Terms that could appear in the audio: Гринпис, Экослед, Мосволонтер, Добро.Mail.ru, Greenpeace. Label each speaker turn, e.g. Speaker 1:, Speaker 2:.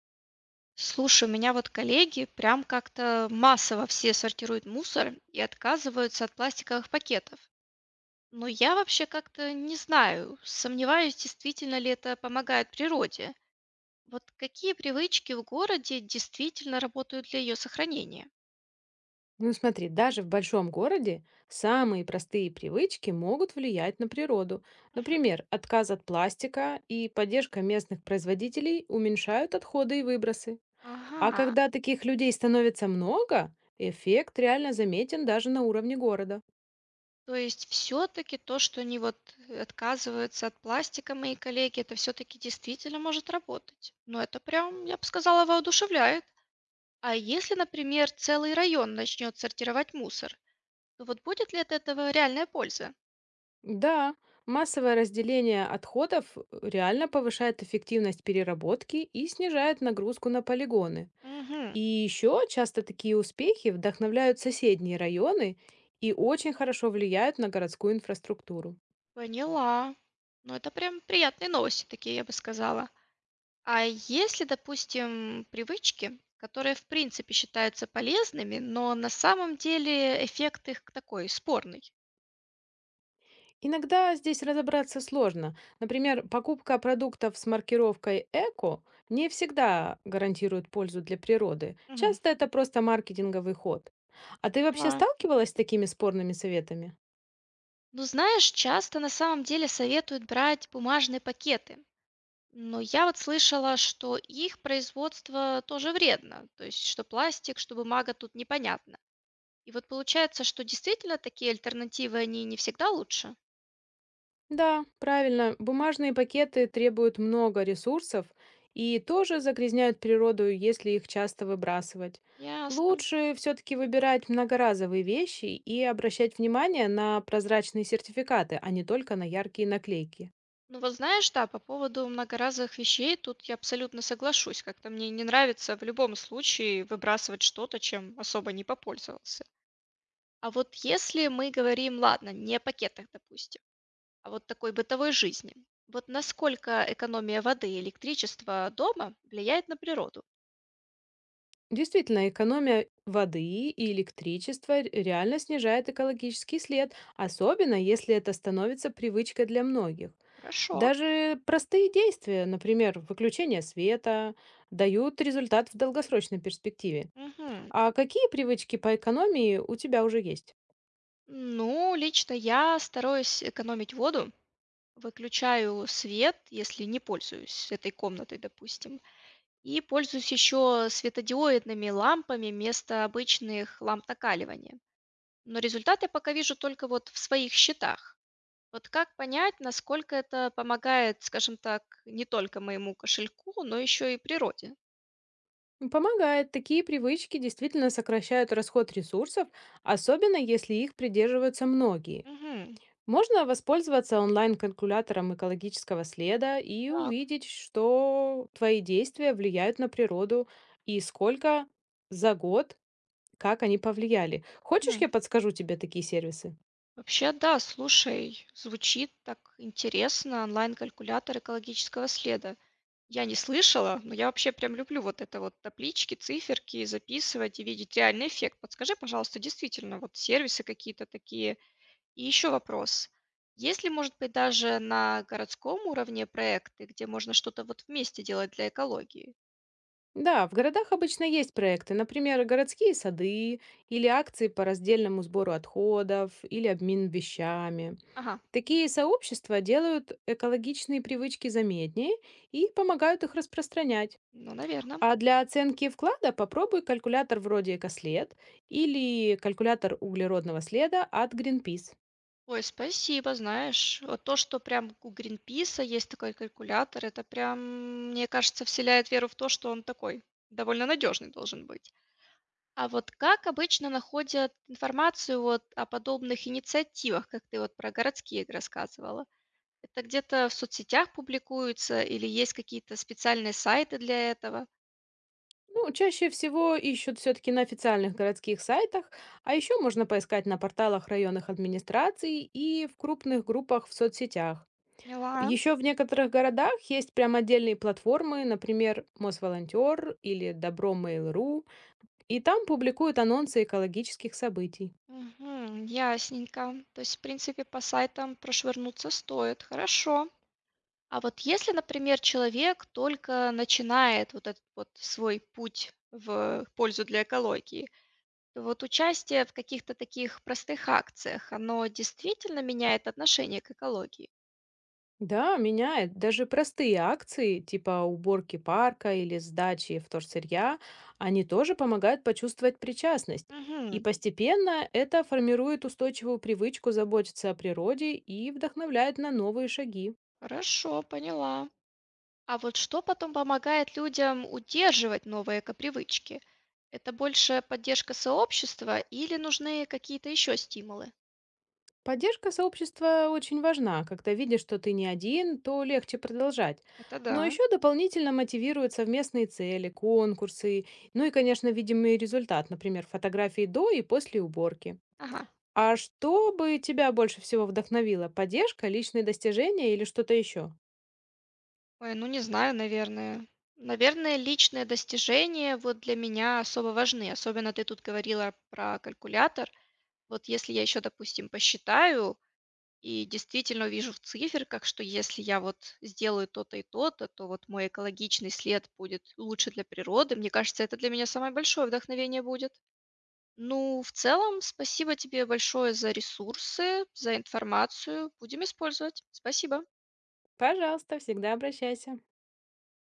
Speaker 1: Слушай, у меня вот коллеги прям как-то массово все сортируют мусор и отказываются от пластиковых пакетов. Но я вообще как-то не знаю, сомневаюсь, действительно ли это помогает природе. Вот какие привычки в городе действительно работают для ее сохранения?
Speaker 2: Ну смотри, даже в большом городе самые простые привычки могут влиять на природу. Например, отказ от пластика и поддержка местных производителей уменьшают отходы и выбросы. А
Speaker 1: Ага.
Speaker 2: когда таких людей становится много, эффект реально заметен даже на уровне города.
Speaker 1: То есть все-таки то, что они вот отказываются от пластика, мои коллеги, это все-таки действительно может работать. Но это прям, я бы сказала, воодушевляет. А если, например, целый район начнет сортировать мусор, то вот будет ли от этого реальная польза?
Speaker 2: Да, массовое разделение отходов реально повышает эффективность переработки и снижает нагрузку на полигоны.
Speaker 1: Угу,
Speaker 2: И еще часто такие успехи вдохновляют соседние районы и очень хорошо влияют на городскую инфраструктуру.
Speaker 1: поняла. Ну, это прям приятные новости такие, я бы сказала. А если, допустим, привычки, которые в принципе считаются полезными, но на самом деле эффект их такой спорный?
Speaker 2: Иногда здесь разобраться сложно. Например, покупка продуктов с маркировкой «эко» не всегда гарантирует пользу для природы.
Speaker 1: Мгм.
Speaker 2: Часто это просто маркетинговый ход. А ты вообще
Speaker 1: Поняла.
Speaker 2: сталкивалась с такими спорными советами?
Speaker 1: Ну, знаешь, часто на самом деле советуют брать бумажные пакеты. Но я вот слышала, что их производство тоже вредно, то есть что пластик, что бумага тут непонятно. И вот получается, что действительно такие альтернативы, они не всегда лучше.
Speaker 2: Да, правильно. Бумажные пакеты требуют много ресурсов и тоже загрязняют природу, если их часто выбрасывать.
Speaker 1: Ясно.
Speaker 2: Лучше все-таки выбирать многоразовые вещи и обращать внимание на прозрачные сертификаты, а не только на яркие наклейки.
Speaker 1: Ну вот знаешь, да, по поводу многоразовых вещей тут я абсолютно соглашусь. Как-то мне не нравится в любом случае выбрасывать что-то, чем особо не попользовался. А вот если мы говорим, ладно, не о пакетах, допустим, а вот такой бытовой жизни. Вот насколько экономия воды и электричества дома влияет на природу?
Speaker 2: Действительно, экономия воды и электричества реально снижает экологический след, особенно если это становится привычкой для многих.
Speaker 1: Хорошо.
Speaker 2: Даже простые действия, например, выключение света, дают результат в долгосрочной перспективе.
Speaker 1: Мгм.
Speaker 2: А какие привычки по экономии у тебя уже есть?
Speaker 1: Ну, лично я стараюсь экономить воду, выключаю свет, если не пользуюсь этой комнатой, допустим, и пользуюсь еще светодиодными лампами вместо обычных ламп накаливания. Но результат я пока вижу только вот в своих счетах. Вот как понять, насколько это помогает, скажем так, не только моему кошельку, но еще и природе?
Speaker 2: Помогает. Такие привычки действительно сокращают расход ресурсов, особенно если их придерживаются многие.
Speaker 1: Мгм.
Speaker 2: Можно воспользоваться онлайн-калькулятором экологического следа и
Speaker 1: Так,
Speaker 2: увидеть, что твои действия влияют на природу и сколько за год, как они повлияли. Хочешь,
Speaker 1: мгм.
Speaker 2: я подскажу тебе такие сервисы?
Speaker 1: Вообще, да, слушай, звучит так интересно, онлайн-калькулятор экологического следа. Я не слышала, но я вообще прям люблю вот это вот таблички, циферки, записывать и видеть реальный эффект. Подскажи, пожалуйста, действительно, вот сервисы какие-то такие. И еще вопрос. Есть ли, может быть, даже на городском уровне проекты, где можно что-то вот вместе делать для экологии?
Speaker 2: Да, в городах обычно есть проекты, например, городские сады или акции по раздельному сбору отходов или обмен вещами.
Speaker 1: Ага,
Speaker 2: Такие сообщества делают экологичные привычки заметнее и помогают их распространять.
Speaker 1: ну, наверное.
Speaker 2: А для оценки вклада попробуй калькулятор вроде «Экослед» или калькулятор углеродного следа от Greenpeace.
Speaker 1: Ой, спасибо, знаешь, вот то, что прям у Гринписа есть такой калькулятор, это прям, мне кажется, вселяет веру в то, что он такой довольно надежный должен быть. А вот как обычно находят информацию вот о подобных инициативах, как ты вот про городские рассказывала? Это где-то в соцсетях публикуется или есть какие-то специальные сайты для этого?
Speaker 2: Ну, чаще всего ищут все-таки на официальных городских сайтах, а еще можно поискать на порталах районных администраций и в крупных группах в соцсетях.
Speaker 1: Поняла.
Speaker 2: Еще в некоторых городах есть прям отдельные платформы, например, Мосволонтер или Добро.Mail.ru, и там публикуют анонсы экологических событий.
Speaker 1: Мгм. Ясненько. То есть, в принципе, по сайтам прошвырнуться стоит. Хорошо. А вот если, например, человек только начинает вот этот вот свой путь в пользу для экологии, то вот участие в каких-то таких простых акциях, оно действительно меняет отношение к экологии?
Speaker 2: Да, меняет. Даже простые акции, типа уборки парка или сдачи вторсырья, они тоже помогают почувствовать причастность. И
Speaker 1: Мгм.
Speaker 2: постепенно это формирует устойчивую привычку заботиться о природе и вдохновляет на новые шаги.
Speaker 1: Хорошо, поняла. А вот что потом помогает людям удерживать новые эко? Это больше поддержка сообщества или нужны какие-то еще стимулы?
Speaker 2: Поддержка сообщества очень важна. Когда видишь, что ты не один, то легче продолжать.
Speaker 1: Это
Speaker 2: Но
Speaker 1: да.
Speaker 2: еще дополнительно мотивируют совместные цели, конкурсы, ну и, конечно, видимый результат, например, фотографии до и после уборки.
Speaker 1: Ага.
Speaker 2: А что бы тебя больше всего вдохновило? Поддержка, личные достижения или что-то еще?
Speaker 1: Ой, ну не знаю, наверное. Наверное, личные достижения вот для меня особо важны. Особенно ты тут говорила про калькулятор. Вот если я еще, допустим, посчитаю, и действительно вижу в циферках, что если я вот сделаю то-то и то-то, то вот мой экологичный след будет лучше для природы. Мне кажется, это для меня самое большое вдохновение будет. Ну, в целом, спасибо тебе большое за ресурсы, за информацию. Будем использовать. Спасибо.
Speaker 2: Пожалуйста, всегда обращайся.